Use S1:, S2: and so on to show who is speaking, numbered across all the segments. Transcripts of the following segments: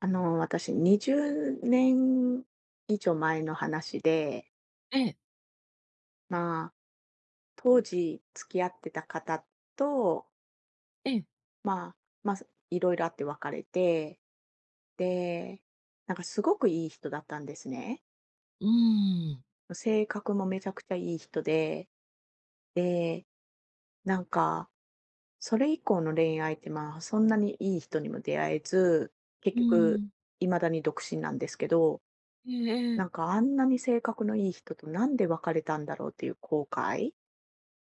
S1: 私、20年以上前の話で、
S2: ええ、
S1: まあ、当時付き合ってた方と、
S2: ええ、
S1: まあ、まあ、いろいろあって別れて、で、なんかすごくいい人だったんですね。
S2: うーん、
S1: 性格もめちゃくちゃいい人で、で、なんか、それ以降の恋愛って、まあ、そんなにいい人にも出会えず、結
S2: うー
S1: 局、
S2: ん、
S1: 未だに独身なんですけど、
S2: えええ
S1: なん
S2: え。
S1: かあんなに性格のいい人となんで別れたんだろうっていう後悔、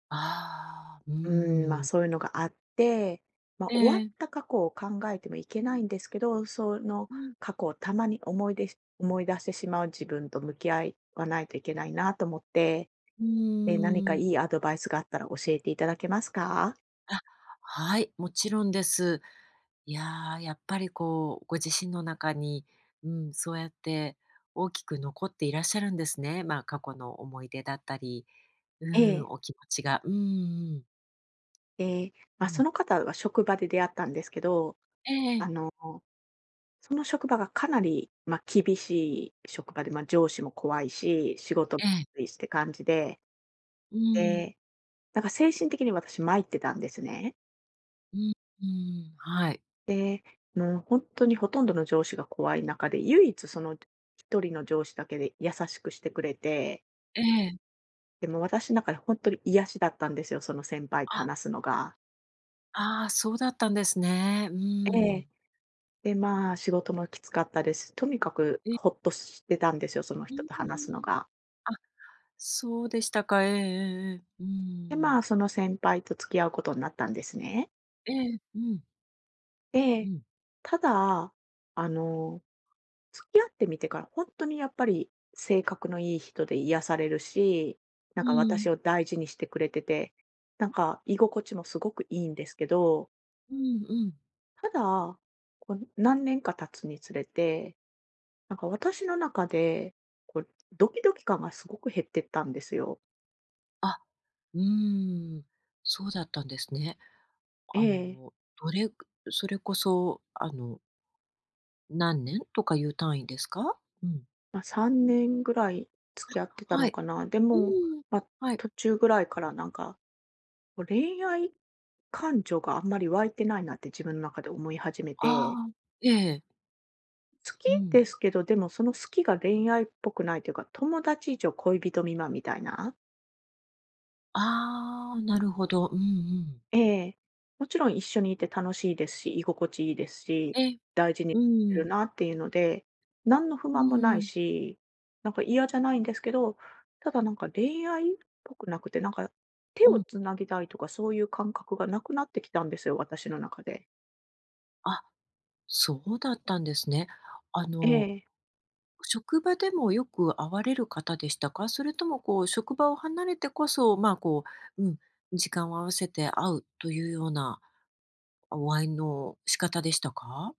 S2: ああ、う
S1: うん、ま、
S2: ーん、
S1: そういうのがあって、ま、
S2: え
S1: 終わっ
S2: え、
S1: た過去を考えてもいけないんですけど、その
S2: うん、
S1: 過去をたまに思い出し思い出してしまう自分と向き合いわないといけないなと思って、
S2: う
S1: で、何か
S2: ー
S1: い
S2: ん。
S1: いアドバイスがあったら教えていただけますか？
S2: あ、はい、もちろんです。いや、やっぱりこう、ご自身の中に、うん、そうやって大きく残っていらっしゃるんですね。まあ、過去の思い出だったり、
S1: え
S2: うん、
S1: え。
S2: お気持ちが。うんうん
S1: で、
S2: う
S1: ま、そ
S2: ん。
S1: の方は職場で出会ったんですけど、
S2: えええ
S1: あ
S2: え、
S1: のその職場がかなり、まあ、厳しい職場で、まあ、上司も怖いし、仕事もき
S2: ええ、
S1: ついしって感じで、
S2: うん、
S1: で、なんか精神的に私参ってたんですね。
S2: うん、うん、はい。
S1: で、もう本当にほとんどの上司が怖い中で、唯一その一人の上司だけで優しくしてくれて、
S2: ええ。
S1: で、も私の中で本当に癒しだったんですよ、その先輩と
S2: あ、
S1: 話すのが。
S2: ああ、そうだったんですね。う
S1: ええ。
S2: ん。
S1: で、まあ、仕事もきつかったです。とにかく
S2: え
S1: ほ
S2: え
S1: っとしてたんですよ、その
S2: うー
S1: 人と話
S2: ん。
S1: すのが。
S2: あ、そうでしたか。ええええええ。うー
S1: で、ま
S2: ん。
S1: あ、その先輩と付き合うことになったんですね。
S2: ええ、うん、う
S1: で、
S2: ん。
S1: ただ、あの、付き合ってみてから本当にやっぱり性格のいい人で癒されるし、な
S2: う
S1: んか
S2: ー
S1: 私
S2: ん、
S1: を大事にしてくれてて、なんか居心地もすごくいいんですけど、
S2: うんうん。
S1: ただ、こう何年か経つにつれて、なんか私の中で、こうドキドキ感がすごく減ってったんですよ。
S2: あ、うーん、そうだったんですね。
S1: え
S2: あ
S1: え。
S2: の、どれくそれこそ、あの、何年とかいう単位ですか？うん。
S1: まあ、3年ぐらい付き合ってた
S2: は
S1: の
S2: い。
S1: かな。で
S2: う
S1: も、
S2: ーん、
S1: まあ、
S2: はい。
S1: 途中ぐらいからなんか、こう恋愛感情があんまり湧いてないなって自分の中で思い始めて、
S2: ああ、ええ、
S1: 好き
S2: うん。
S1: ですけど、でもその好きが恋愛っぽくないというか、友達以上恋人未満みたいな。
S2: ああ、なるほど。うんうん。
S1: ええ。もちろん一緒にいて楽しいですし、居心地いいですし、
S2: ええ、
S1: 大事にし
S2: う
S1: てる
S2: ん、
S1: なっていうので、何の不
S2: う
S1: 満もない
S2: ーん、
S1: し、なんか嫌じゃないんですけど、ただなんか恋愛っぽくなくて、なんか手
S2: う
S1: を
S2: ん。
S1: つなぎたいとかそういう感覚がなくなってきたんですよ、私の中で。
S2: あ、そうだったんですね。あ
S1: え
S2: の、
S1: え。
S2: 職場でもよく会われる方でしたか？それともこう職場を離れてこそ、まあ、こう、うん、時間を合わせて会うというようなお会いの仕方でしたか？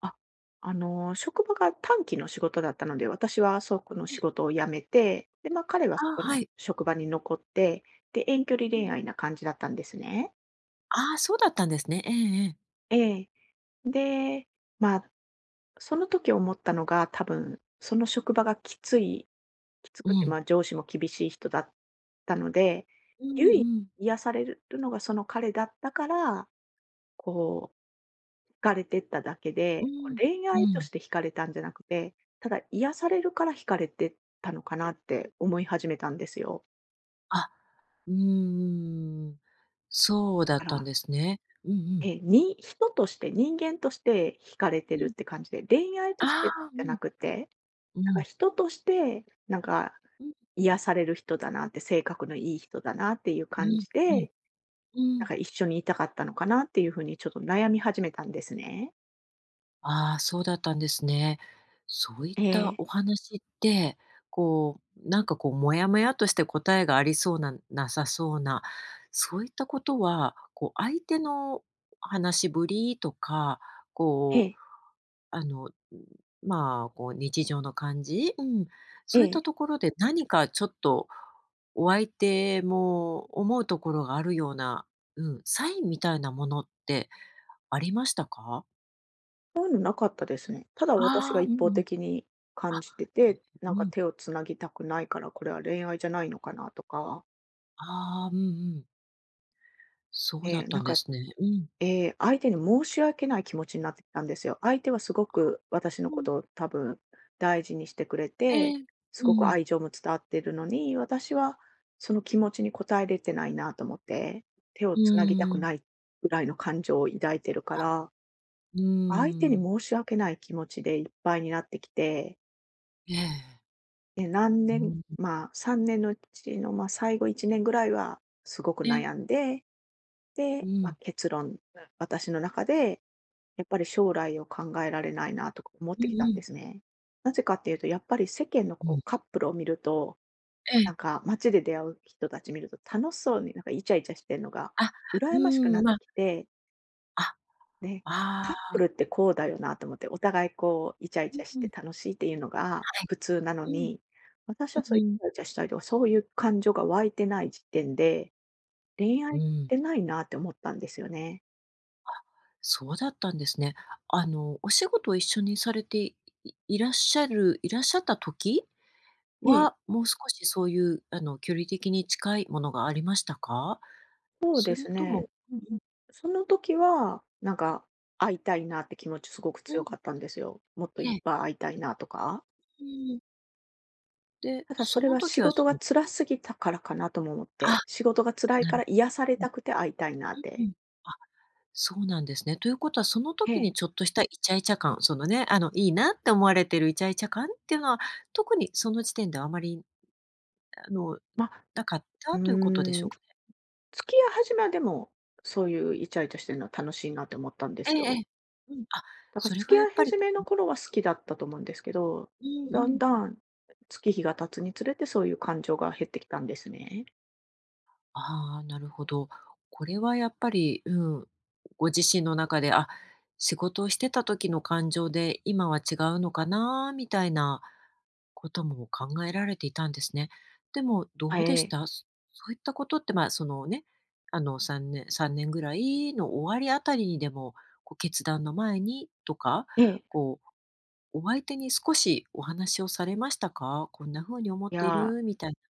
S1: あ、職場が短期の仕事だったので、私はそこの
S2: ええ、
S1: 仕事を辞めて、で、ま、彼はそ
S2: ああ、
S1: この
S2: はい。
S1: 職場に残って、で、遠距離
S2: う
S1: 恋
S2: ん。
S1: 愛な感じだったんですね。
S2: ああ、そうだったんですね。ええええ。
S1: ええ。で、まあ、その時思ったのが、多分その職場がきつ
S2: う
S1: くて、
S2: ん。
S1: まあ、上司も厳しい人だったので、
S2: う
S1: 唯一
S2: んうん。
S1: 癒されるのがその彼だったから、こう、惹かれてっただけ
S2: う
S1: で、こう
S2: ん。
S1: 恋
S2: う
S1: 愛とし
S2: ん。
S1: て惹かれたんじゃなくて、ただ癒されるから惹かれてったのかなって思い始めたんですよ。
S2: あ、うーん。そう
S1: だ
S2: だ
S1: か
S2: ったん
S1: ら、
S2: ですね。うんうん。
S1: ええ、に人として、人間として惹かれて
S2: う
S1: るっ
S2: ん。
S1: て感じで、恋愛とし
S2: ああ、
S1: て
S2: う
S1: じゃな
S2: ん。
S1: くて
S2: う
S1: なんか
S2: ん。
S1: 人として、なんか
S2: うん
S1: 癒される人だなって、性格のいい人だなっていう
S2: う
S1: 感
S2: ん
S1: じ
S2: うん。
S1: で、
S2: う
S1: なん
S2: ん。
S1: か一緒にいたかったのかなっていうふうにちょっと悩み始めたんですね。
S2: ああ、そうだったんですね。そういっ
S1: え
S2: た
S1: え、
S2: お話って、こう、なんかこう、もやもやとして答えがありそうななさそうな、そういったことは、こう、相手の話しぶりとか、
S1: え
S2: こう、
S1: え、
S2: あの、まあ、こう、日常の感じ、うん、
S1: え
S2: そういっ
S1: え。
S2: たところで何かちょっと、お相手も思うところがあるような、うん、サインみたいなものってありましたか？
S1: そういうのなかったですね。ただ私が
S2: ああー、
S1: 一
S2: う
S1: 方
S2: ん
S1: 的に
S2: あ、
S1: 感じて
S2: ええ、
S1: て、な
S2: う
S1: んか
S2: ん。
S1: 手をつなぎたくないから、これは恋愛じゃないのかなとか、
S2: ああ、うんうん。そ
S1: え
S2: うだ
S1: え、
S2: ったんですね。うん。
S1: 相手に申し訳ない気持ちになってきたんですよ。相手はすごく私の
S2: う
S1: こ
S2: ん。
S1: とを多分大事にしてくれ
S2: え
S1: て、
S2: え。
S1: す
S2: う
S1: ごく
S2: ん。
S1: 愛情も伝わってるのに、私はその気持ちに応えれてないなと思って、手を
S2: う
S1: つなぎた
S2: ー
S1: く
S2: ん。
S1: ないぐらいの感情を抱いてるから、
S2: うー
S1: 相手に
S2: ん。
S1: 申し訳ない気持ちでいっぱいになってきて、
S2: ええ。
S1: で、何
S2: う
S1: 年、
S2: ーん。
S1: まあ3年のうちの、まあ、最後1年ぐらいはすごく
S2: ええ。
S1: 悩んで、
S2: う
S1: で、まあ、
S2: ん。
S1: 結論、私の中でやっぱり将来を考えられないなとか思っ
S2: うん
S1: てきた
S2: う
S1: んです
S2: ん。
S1: ね。なぜかっていうと、やっぱり世間の
S2: う
S1: こ
S2: ん。
S1: うカップルを見ると、
S2: ええ。
S1: なんか街で出会う人たち見ると楽しそうになんかイチャイチャしてるのが
S2: あ、う
S1: 羨ましくな
S2: ーん、
S1: っ
S2: ま、
S1: てきて、
S2: あ、
S1: で、
S2: あ
S1: カッ
S2: あ
S1: プルってこうだよなと思って、お互いこうイチャイ
S2: う
S1: チ
S2: ん
S1: ャし
S2: うん、
S1: て
S2: は
S1: 楽しいっていうのが普通なの
S2: い。うん、
S1: に、私はそ
S2: う
S1: うイチ
S2: ん。
S1: ャイチャしたりとか、そういう感情が湧いてない時点で、恋
S2: う
S1: 愛っ
S2: ーん、
S1: てないなって思ったんですよね。
S2: そうだったんですね。あの、お仕事を一緒にされていらっしゃった時
S1: え
S2: は、
S1: え。
S2: もう少しそういう、あの、距離的に近いものがありましたか？
S1: そう
S2: そ
S1: で
S2: れ
S1: す
S2: とも
S1: ね。
S2: うんうん、
S1: その時は、会いたいなって気持ちすごく
S2: う
S1: 強
S2: ん、
S1: かったんですよ。もっと
S2: え
S1: いっ
S2: え、
S1: ぱい会いたいなとか。
S2: うんで、
S1: ただそ
S2: そ
S1: れ
S2: の
S1: は
S2: 時
S1: 仕
S2: は
S1: 事
S2: そ
S1: が
S2: の
S1: 辛すぎたからかなとも思っ
S2: あ、
S1: て、仕事が辛い
S2: な
S1: か
S2: る
S1: ら癒されたくて会いたいなっ
S2: うんう
S1: て。
S2: ん。あ、そうなんですね。ということはその
S1: え
S2: 時
S1: え。
S2: にちょっとしたイチャイチャ感、そのね、あの、いいなって思われてるイチャイチャ感っていうのは、特にその時点ではあまり、あの、
S1: まあ、
S2: なかっ
S1: う
S2: たということでし
S1: ー
S2: ょ
S1: ん、
S2: うか
S1: 付
S2: ね。
S1: き合い始めはでも、そういうイチャイチャしてるのは楽しいなって思ったんで
S2: ええ
S1: す
S2: ええ。
S1: よ。
S2: うん、あ、
S1: だから
S2: それ
S1: 付
S2: が
S1: き
S2: や
S1: 合い
S2: っぱり
S1: 始
S2: こ
S1: めの
S2: う
S1: 頃は好きだったと思うんですけど、
S2: う
S1: だ
S2: んう
S1: ん
S2: ん。
S1: だん月日が経つにつれてそういう感情が減ってきたんですね。
S2: ああ、なるほど。これはやっぱり、うん、ご自身の中で、あ、仕事をしてた時の感情で今は違うのかなみたいなことも考えられていたんですね。でもど
S1: え
S2: うでし
S1: え。
S2: たそそういったことって、まあ、そのね、3年ぐらいの終わりあたりにでも、こう決断の前にとか、
S1: ええ。
S2: こう、お相手に少しお話をされましたかこんな風に思っ
S1: い
S2: てい
S1: やー
S2: るみたいな。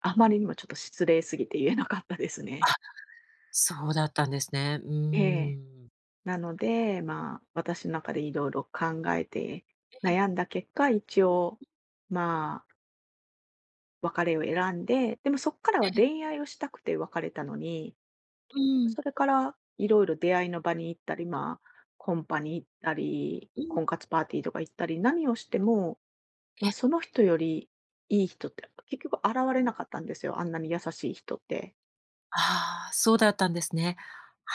S1: あまりにもちょっと失礼すぎて言えなかったです
S2: あ、
S1: ね。
S2: そうだったんですね。う
S1: ええ。
S2: ーん。
S1: なので、まあ、私の中でいろいろ考えて、悩んだ結果、一応、まあ、別れを選んで、でもそこから
S2: え
S1: は
S2: え、
S1: 恋愛をしたくて別れたのに、
S2: う
S1: 結局
S2: ん。
S1: それからいろいろ出会いの場に行ったり、まあ、コンパに行ったり、
S2: うん、
S1: 婚活パーティーとか行ったり、何をしても、
S2: え
S1: ま
S2: え、
S1: あ、その人よりいい人って結局現れなかったんですよ。あんなに優しい人って。
S2: ああ、そうだったんですね。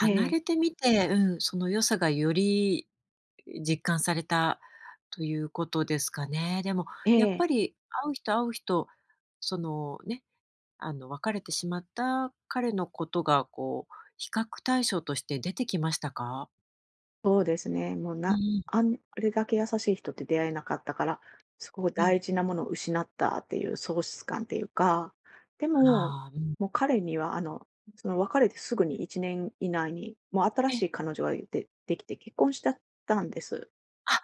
S1: ええ、
S2: れてみて、うん、その良さがより実感されたということですかね。でも
S1: え
S2: やっ
S1: え。
S2: ぱり会う人会う人、そのね、あの別れてしまった彼のことがこう、比較対象として出てきましたか？
S1: そうですね。もう
S2: う
S1: な
S2: ん
S1: あんあれだけ優しい人って出会えなかったから、すごく
S2: うん、うん。
S1: 大事なものを失ったっていう喪失感っていうか、でも、
S2: ああ、うん。
S1: もう彼にはその別れてすぐに1年以内に、もう新し
S2: え、
S1: い彼女ができて結婚しちゃったんです。
S2: あ、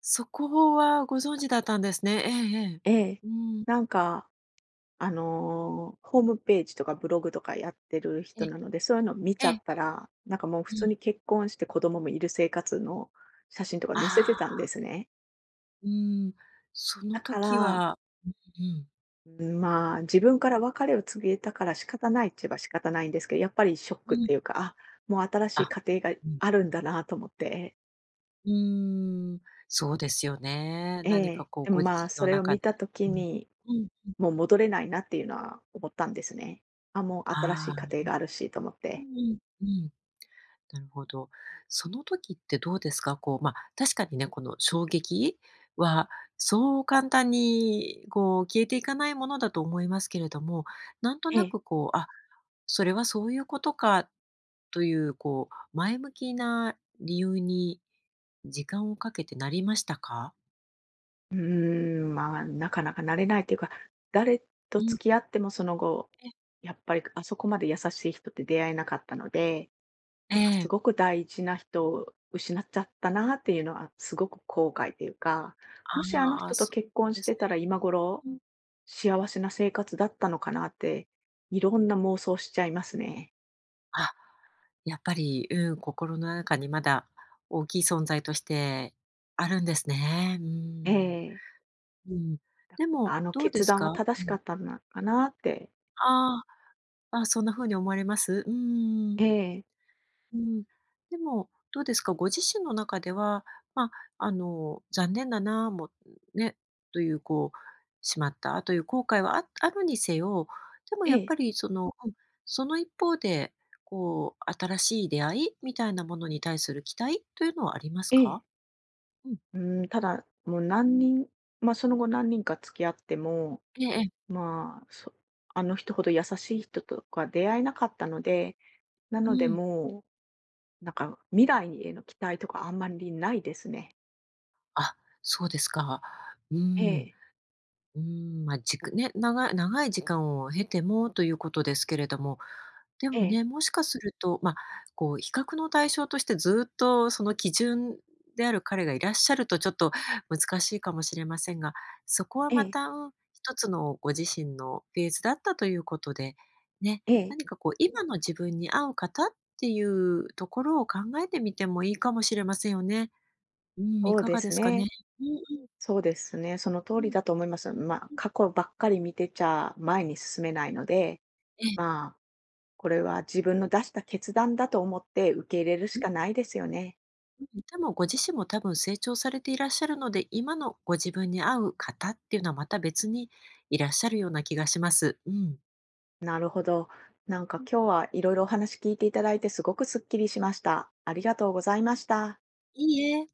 S2: そこはご存知だったんですね。ええええ。
S1: ええ。
S2: うん。
S1: なんか、ホームページとかブログとかやってる
S2: え、
S1: 人なので、そういうの見ち
S2: え
S1: ゃ
S2: え、
S1: ったら、なんかもう普
S2: う
S1: 通
S2: ん。
S1: に結婚して子供もいる生活の写真とか載せて
S2: あ
S1: たん
S2: あ。
S1: ですね。
S2: うーん、そ
S1: だ
S2: の
S1: か
S2: 時
S1: ら
S2: はうん、
S1: うん、まあ、自分から別れを告げたから仕方ないって言えば仕方ないんですけど、やっぱりショッ
S2: う
S1: クっ
S2: ん、
S1: ていうか、あ、もう新しい
S2: あ、
S1: 家庭が
S2: うん、
S1: あるんだなと思って、
S2: うーん、そうですよね。
S1: え
S2: 何か
S1: え、
S2: こう
S1: でも
S2: ご自
S1: まあ、
S2: 身
S1: そ
S2: の
S1: れを
S2: 中
S1: 見
S2: で
S1: た時
S2: うん、
S1: に、
S2: うん、
S1: もう戻れないなっていうのは思ったんですね。あ、もう新し
S2: あ
S1: い家庭
S2: あ、
S1: があるしと思っ
S2: う
S1: て。
S2: んうん、うん、なるほど。その時ってどうですか？こう、まあ、確かにね、この衝撃はそう簡単にこう消えていかないものだと思いますけれども、なんと
S1: え
S2: な
S1: え。
S2: くこう、あ、それはそういうことかという、こう、前向きな理由に時間をかけてなりましたか？
S1: うーん、まあ、なかなか慣れないというか、誰と
S2: うん。
S1: 付き合ってもその後、
S2: ええ
S1: やっぱりあそこまで優しい人って出会えなかったので、なんかすご
S2: え
S1: く大事な人を失っちゃったなっていうのはすごく後悔というか、もしあの
S2: ああ、
S1: 人と
S2: そ
S1: 結
S2: う
S1: 婚し
S2: です
S1: て
S2: ね。
S1: たら今頃
S2: うん。
S1: 幸せな生活だったのかなっていろんな妄想しちゃいますね。
S2: あ、やっぱり、うん、心の中にまだ大きい存在としてあるんですね。うー
S1: え
S2: ん。
S1: え。
S2: うん。でも、
S1: あの
S2: どうで
S1: 決
S2: す
S1: 断は
S2: か？
S1: 正
S2: う
S1: しか
S2: ん。
S1: ったのかなって。
S2: ああ、あ、そんな風に思われます？うーん。
S1: ええ。
S2: うん、でも、どうですか、ご自身の中では、まあ、あの、残念だな、もね、というこう、しまったという後悔はあるにせよ、でもやっ
S1: え
S2: ぱ
S1: え。
S2: りその、うん、その一方で、こう、新しい出会いみたいなものに対する期待というのはあります
S1: ええ。
S2: か？うん。
S1: うん、ただ、もう何人ま、その後何人か付き合っても、
S2: ええええ。
S1: まあ、そあの人ほど優しい人とか出会えなかったので、な
S2: う
S1: ので
S2: ん。
S1: もうなんか、未来への期待とかあんまりないですね。
S2: あ、そうですか。う
S1: え
S2: ん。
S1: え、
S2: うん、まあ、じくね、長い長い時間を経てもということですけれども、で
S1: え
S2: も
S1: え、
S2: ね、もしかすると、まあ、こう比較の対象としてずっとその基準である彼がいらっしゃるとちょっと難しいかもしれませんが、そこは
S1: え
S2: ま
S1: え、
S2: た、うん、一つのご自身のフェーズだったということで、ね、
S1: ええ、
S2: 何かこう今の自分に合う方っていうところを考えてみてもいいかもしれませんよね。うん、い
S1: そう
S2: か
S1: で
S2: がで
S1: す
S2: すかね？
S1: ね。
S2: うんうん。
S1: そうですね。その通
S2: うん、
S1: りだと思います。まあ、
S2: うん。
S1: 過去ばっかり見てちゃ前に進めないので、
S2: ええ。
S1: まあ、これは自分の出した決断だと思って受け入れるしかないですよね。
S2: うん、でもご自身も多分成長されていらっしゃるので、今のご自分に合う方っていうのはまた別にいらっしゃるような気がします。うん。
S1: なるほど。なんか今日はいろいろお話聞いていただいてすごくすっきりしました。ありがとうございました。
S2: いいえ。